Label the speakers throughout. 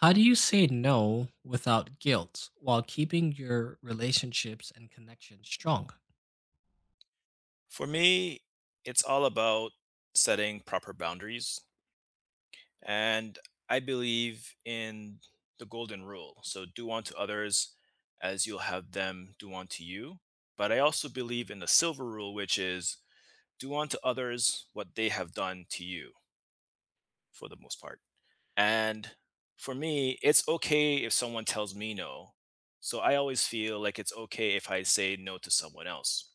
Speaker 1: How do you say no without guilt while keeping your relationships and connections strong?
Speaker 2: For me, it's all about setting proper boundaries. And I believe in the golden rule. So do unto others as you'll have them do unto you. But I also believe in the silver rule, which is do unto others what they have done to you for the most part. And for me, it's okay if someone tells me no. So I always feel like it's okay if I say no to someone else.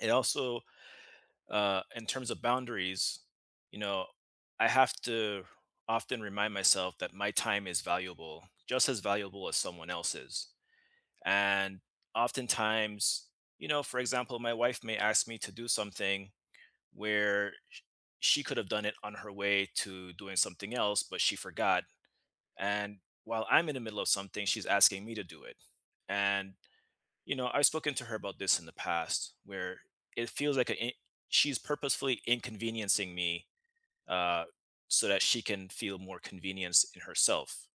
Speaker 2: It also in terms of boundaries, you know, I have to often remind myself that my time is valuable, just as valuable as someone else's. And oftentimes, for example, my wife may ask me to do something where she could have done it on her way to doing something else, but she forgot. And while I'm in the middle of something, she's asking me to do it. And I've spoken to her about this in the past, where it feels like she's purposefully inconveniencing me uh, so that she can feel more convenience in herself.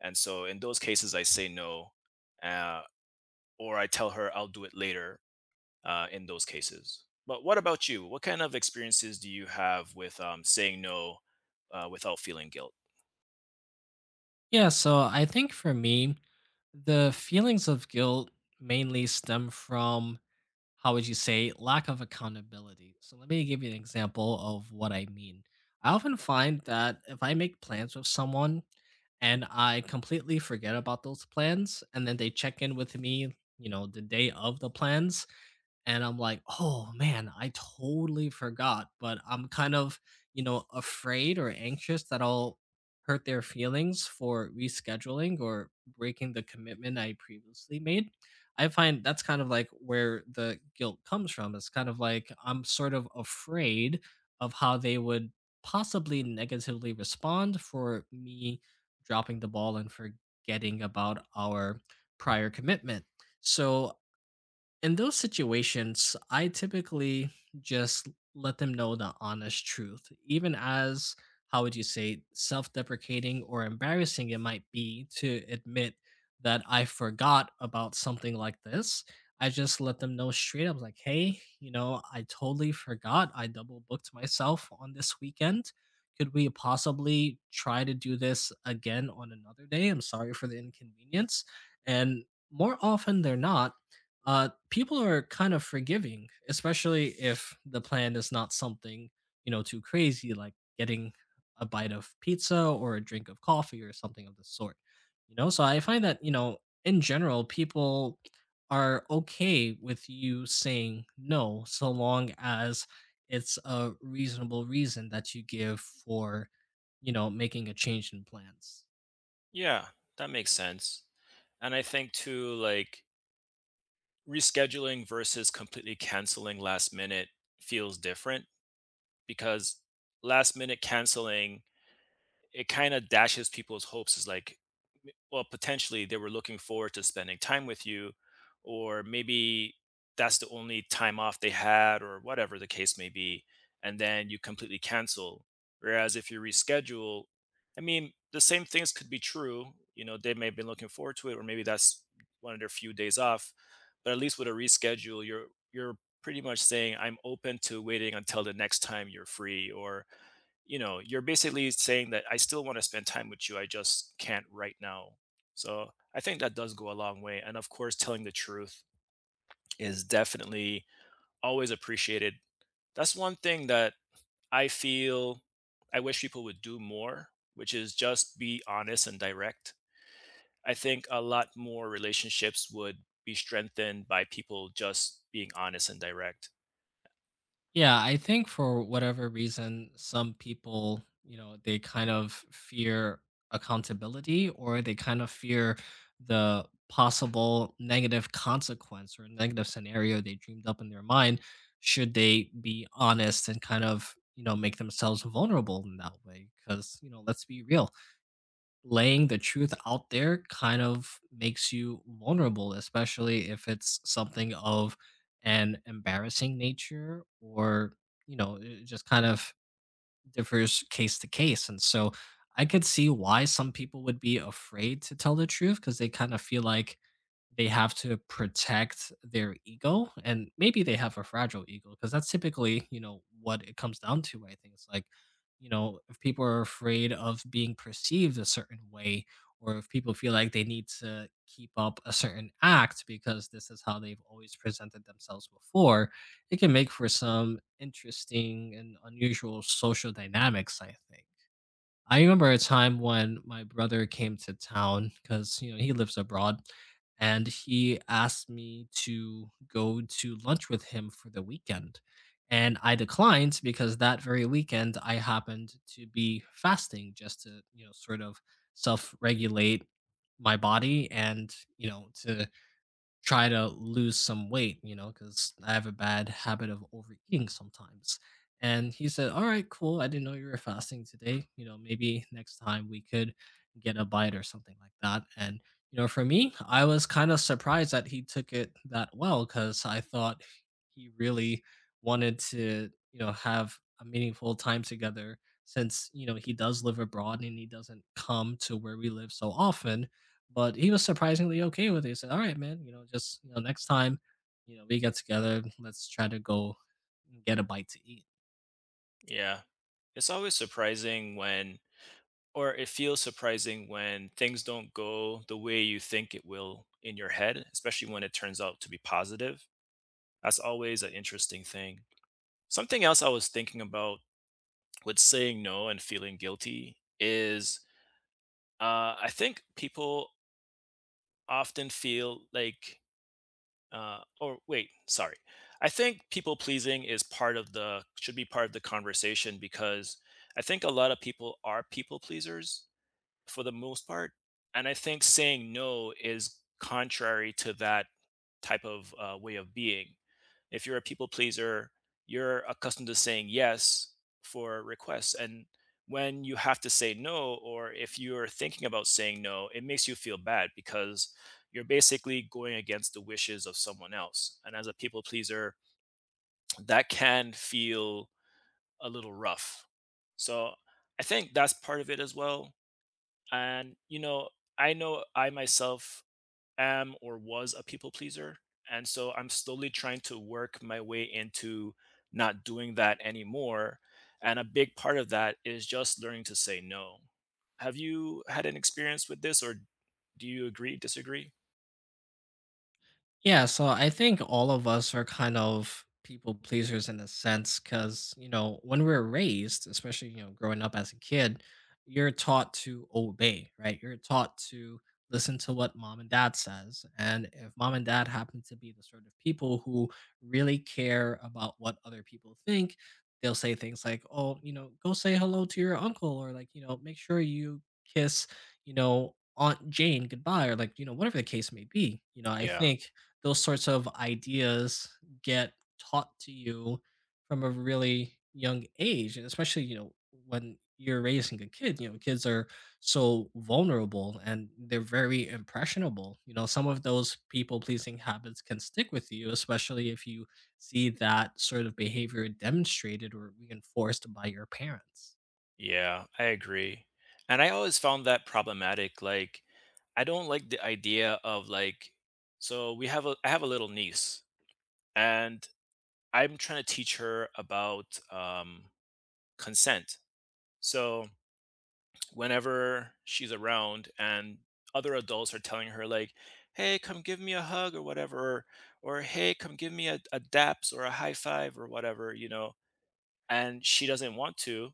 Speaker 2: And so, in those cases, I say no, uh, or I tell her I'll do it later. In those cases. But what about you? What kind of experiences do you have with saying no without feeling guilt?
Speaker 1: Yeah, so I think for me, the feelings of guilt mainly stem from, how would you say, lack of accountability. So let me give you an example of what I mean. I often find that if I make plans with someone and I completely forget about those plans, and then they check in with me, the day of the plans. And I'm like, "Oh man, I totally forgot." But I'm kind of, afraid or anxious that I'll hurt their feelings for rescheduling or breaking the commitment I previously made. I find that's kind of like where the guilt comes from. It's kind of like I'm sort of afraid of how they would possibly negatively respond for me dropping the ball and forgetting about our prior commitment. So in those situations, I typically just let them know the honest truth, even as how would you say self deprecating or embarrassing it might be to admit that I forgot about something like this. I just let them know straight up, like, hey, I totally forgot. I double booked myself on this weekend. Could we possibly try to do this again on another day? I'm sorry for the inconvenience. And more often than not, people are kind of forgiving, especially if the plan is not something, too crazy, like getting a bite of pizza or a drink of coffee or something of the sort. So I find that, in general, people are okay with you saying no, so long as it's a reasonable reason that you give for, making a change in plans.
Speaker 2: Yeah, that makes sense. And I think too, like, rescheduling versus completely canceling last minute feels different because last minute canceling, it kind of dashes people's hopes, is like well, potentially they were looking forward to spending time with you, or maybe that's the only time off they had or whatever the case may be, and then you completely cancel. Whereas if you reschedule, I mean, the same things could be true, they may have been looking forward to it, or maybe that's one of their few days off. But at least with a reschedule, you're pretty much saying I'm open to waiting until the next time you're free. Or, you know, you're basically saying that I still want to spend time with you. I just can't right now. So I think that does go a long way. And of course, telling the truth is definitely always appreciated. That's one thing that I feel I wish people would do more, which is just be honest and direct. I think a lot more relationships would be strengthened by people just being honest and direct.
Speaker 1: Yeah, I think for whatever reason, some people, they kind of fear accountability or they kind of fear the possible negative consequence or negative scenario they dreamed up in their mind should they be honest and kind of, make themselves vulnerable in that way. Because, let's be real, laying the truth out there kind of makes you vulnerable, especially if it's something of an embarrassing nature or, it just kind of differs case to case. And so I could see why some people would be afraid to tell the truth because they kind of feel like they have to protect their ego, and maybe they have a fragile ego because that's typically, what it comes down to. I think it's like, if people are afraid of being perceived a certain way, or if people feel like they need to keep up a certain act because this is how they've always presented themselves before, it can make for some interesting and unusual social dynamics, I think. I remember a time when my brother came to town because, he lives abroad, and he asked me to go to lunch with him for the weekend. And I declined because that very weekend I happened to be fasting, just to, sort of self regulate my body and, to try to lose some weight, because I have a bad habit of overeating sometimes. And he said, "All right, cool. I didn't know you were fasting today. You know, maybe next time we could get a bite or something like that." And, for me, I was kind of surprised that he took it that well, because I thought he really wanted to, have a meaningful time together, since, he does live abroad and he doesn't come to where we live so often. But he was surprisingly okay with it. He said, "All right, man, you know, just you know, next time, you know, we get together, let's try to go and get a bite to eat."
Speaker 2: Yeah. It's always surprising when or it feels surprising when things don't go the way you think it will in your head, especially when it turns out to be positive. That's always an interesting thing. Something else I was thinking about with saying no and feeling guilty is I think people often feel like or wait, sorry. I think people pleasing is part of the should be part of the conversation because I think a lot of people are people pleasers for the most part, and I think saying no is contrary to that type of way of being. If you're a people pleaser, you're accustomed to saying yes for requests. And when you have to say no, or if you're thinking about saying no, it makes you feel bad because you're basically going against the wishes of someone else. And as a people pleaser, that can feel a little rough. So I think that's part of it as well. And, I know I myself am or was a people pleaser. And so I'm slowly trying to work my way into not doing that anymore. And a big part of that is just learning to say no. Have you had an experience with this, or do you agree, disagree?
Speaker 1: Yeah, so I think all of us are kind of people pleasers in a sense, because, when we're raised, especially, growing up as a kid, you're taught to obey, right? You're taught to listen to what mom and dad says. And if mom and dad happen to be the sort of people who really care about what other people think, they'll say things like, oh, go say hello to your uncle, or like, make sure you kiss, Aunt Jane goodbye, or like, whatever the case may be. I
Speaker 2: Yeah,
Speaker 1: think those sorts of ideas get taught to you from a really young age, and especially when you're raising a kid, kids are so vulnerable and they're very impressionable. Some of those people pleasing habits can stick with you, especially if you see that sort of behavior demonstrated or reinforced by your parents.
Speaker 2: yeah, I agree. And I always found that problematic. Like, I don't like the idea of, like, so I have a little niece, and I'm trying to teach her about consent. So whenever she's around and other adults are telling her, like, hey, come give me a hug or whatever, or, hey, come give me a daps or a high five or whatever, and she doesn't want to,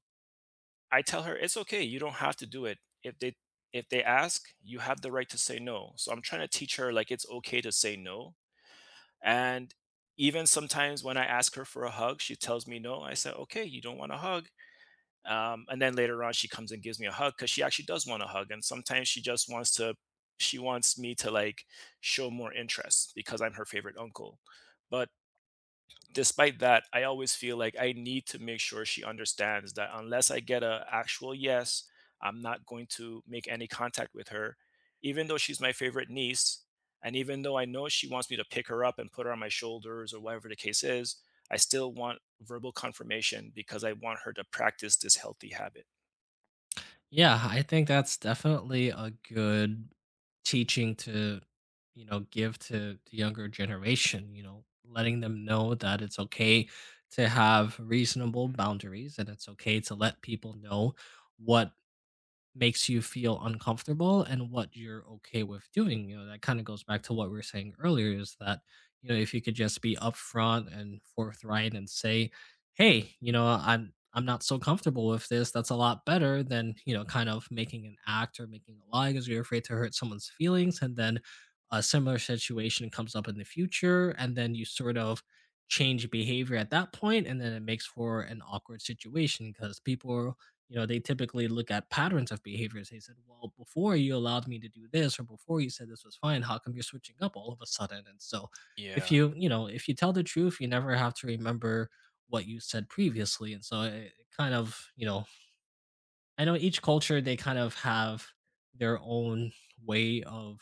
Speaker 2: I tell her it's okay, you don't have to do it. If they if they ask, you have the right to say no. So I'm trying to teach her, like, it's okay to say no. And even sometimes when I ask her for a hug, she tells me no. I said, okay, you don't want a hug. And then later on, she comes and gives me a hug because she actually does want a hug. And sometimes she wants me to, like, show more interest because I'm her favorite uncle. But despite that, I always feel like I need to make sure she understands that unless I get a actual yes, I'm not going to make any contact with her, even though she's my favorite niece. And even though I know she wants me to pick her up and put her on my shoulders or whatever the case is, I still want verbal confirmation because I want her to practice this healthy habit.
Speaker 1: Yeah, I think that's definitely a good teaching to, give to the younger generation, letting them know that it's okay to have reasonable boundaries, and it's okay to let people know what makes you feel uncomfortable and what you're okay with doing. That kind of goes back to what we were saying earlier, is that, if you could just be upfront and forthright and say, hey, I'm not so comfortable with this. That's a lot better than, kind of making an act or making a lie because you're afraid to hurt someone's feelings. And then a similar situation comes up in the future, and then you sort of change behavior at that point, and then it makes for an awkward situation because people, they typically look at patterns of behaviors. They said, "Well, before you allowed me to do this, or before you said this was fine, how come you're switching up all of a sudden?" And so, if
Speaker 2: Yeah,
Speaker 1: you, you know if you tell the truth, you never have to remember what you said previously. And so, it kind of, I know each culture they kind of have their own way of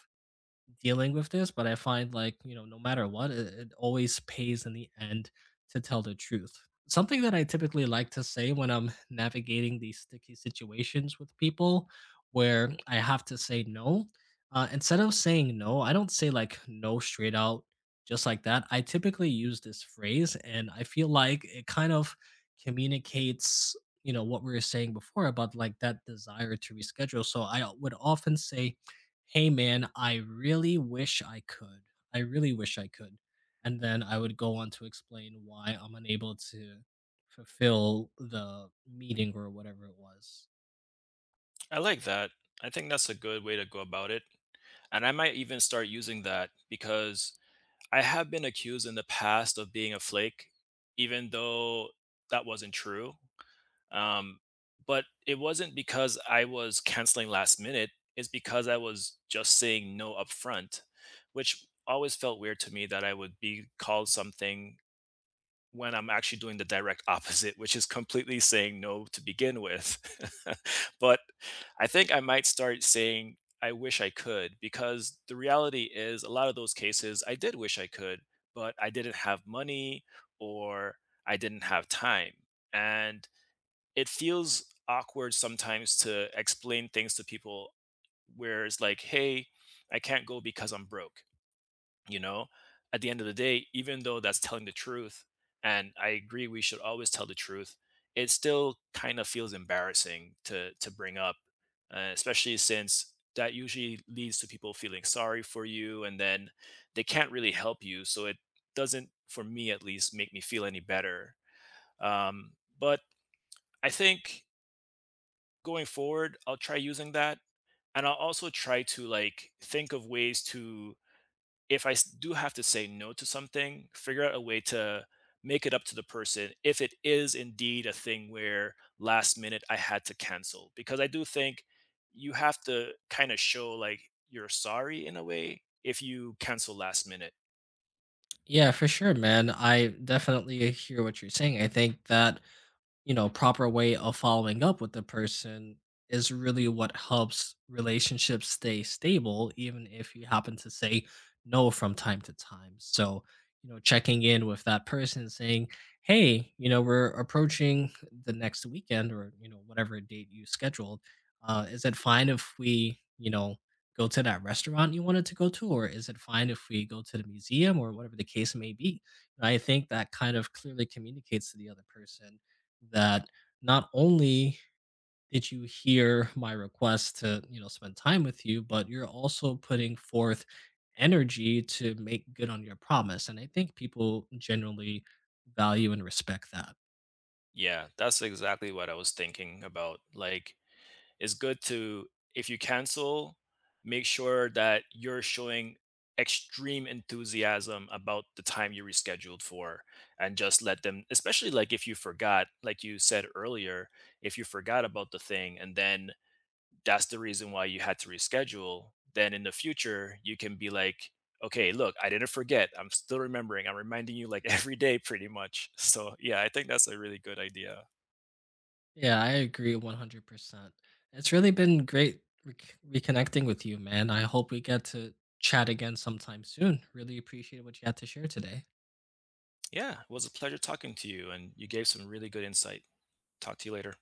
Speaker 1: dealing with this, but I find, like, no matter what, it always pays in the end to tell the truth. Something that I typically like to say when I'm navigating these sticky situations with people, where I have to say no, instead of saying no, I don't say like no straight out just like that. I typically use this phrase, and I feel like it kind of communicates, what we were saying before about, like, that desire to reschedule. So I would often say, "Hey man, I really wish I could. I really wish I could." And then I would go on to explain why I'm unable to fulfill the meeting or whatever it was.
Speaker 2: I like that. I think that's a good way to go about it. And I might even start using that because I have been accused in the past of being a flake, even though that wasn't true. Um, but it wasn't because I was canceling last minute, it's because I was just saying no upfront, which always felt weird to me that I would be called something when I'm actually doing the direct opposite, which is completely saying no to begin with. But I think I might start saying, I wish I could, because the reality is, a lot of those cases, I did wish I could, but I didn't have money or I didn't have time. And it feels awkward sometimes to explain things to people where it's like, hey, I can't go because I'm broke, you know at the end of the day. Even though that's telling the truth, and I agree we should always tell the truth, it still kind of feels embarrassing to bring up. Especially since that usually leads to people feeling sorry for you, and then they can't really help you, so it doesn't, for me at least, make me feel any better. um, but I think going forward, I'll try using that. And I'll also try to, like, think of ways to, if I do have to say no to something, figure out a way to make it up to the person if it is indeed a thing where last minute I had to cancel. Because I do think you have to kind of show, like, you're sorry in a way if you cancel last minute.
Speaker 1: Yeah, for sure, man. I definitely hear what you're saying. I think that, proper way of following up with the person is really what helps relationships stay stable, even if you happen to say no from time to time. So, checking in with that person saying, hey, we're approaching the next weekend or, whatever date you scheduled. Is it fine if we, go to that restaurant you wanted to go to? Or is it fine if we go to the museum or whatever the case may be? And I think that kind of clearly communicates to the other person that not only did you hear my request to, spend time with you, but you're also putting forth energy to make good on your promise. And I think people generally value and respect that.
Speaker 2: Yeah, that's exactly what I was thinking about. Like, it's good to, if you cancel, make sure that you're showing extreme enthusiasm about the time you rescheduled for. And just let them, especially, like, if you forgot, like you said earlier, if you forgot about the thing and then that's the reason why you had to reschedule, then in the future you can be like, okay, look, I didn't forget, I'm still remembering, I'm reminding you, like, every day, pretty much. So yeah, I think that's a really good idea.
Speaker 1: Yeah, I agree 100%. It's really been great reconnecting with you, man. I hope we get to chat again sometime soon. Really appreciate what you had to share today.
Speaker 2: Yeah, it was a pleasure talking to you, and you gave some really good insight. Talk to you later.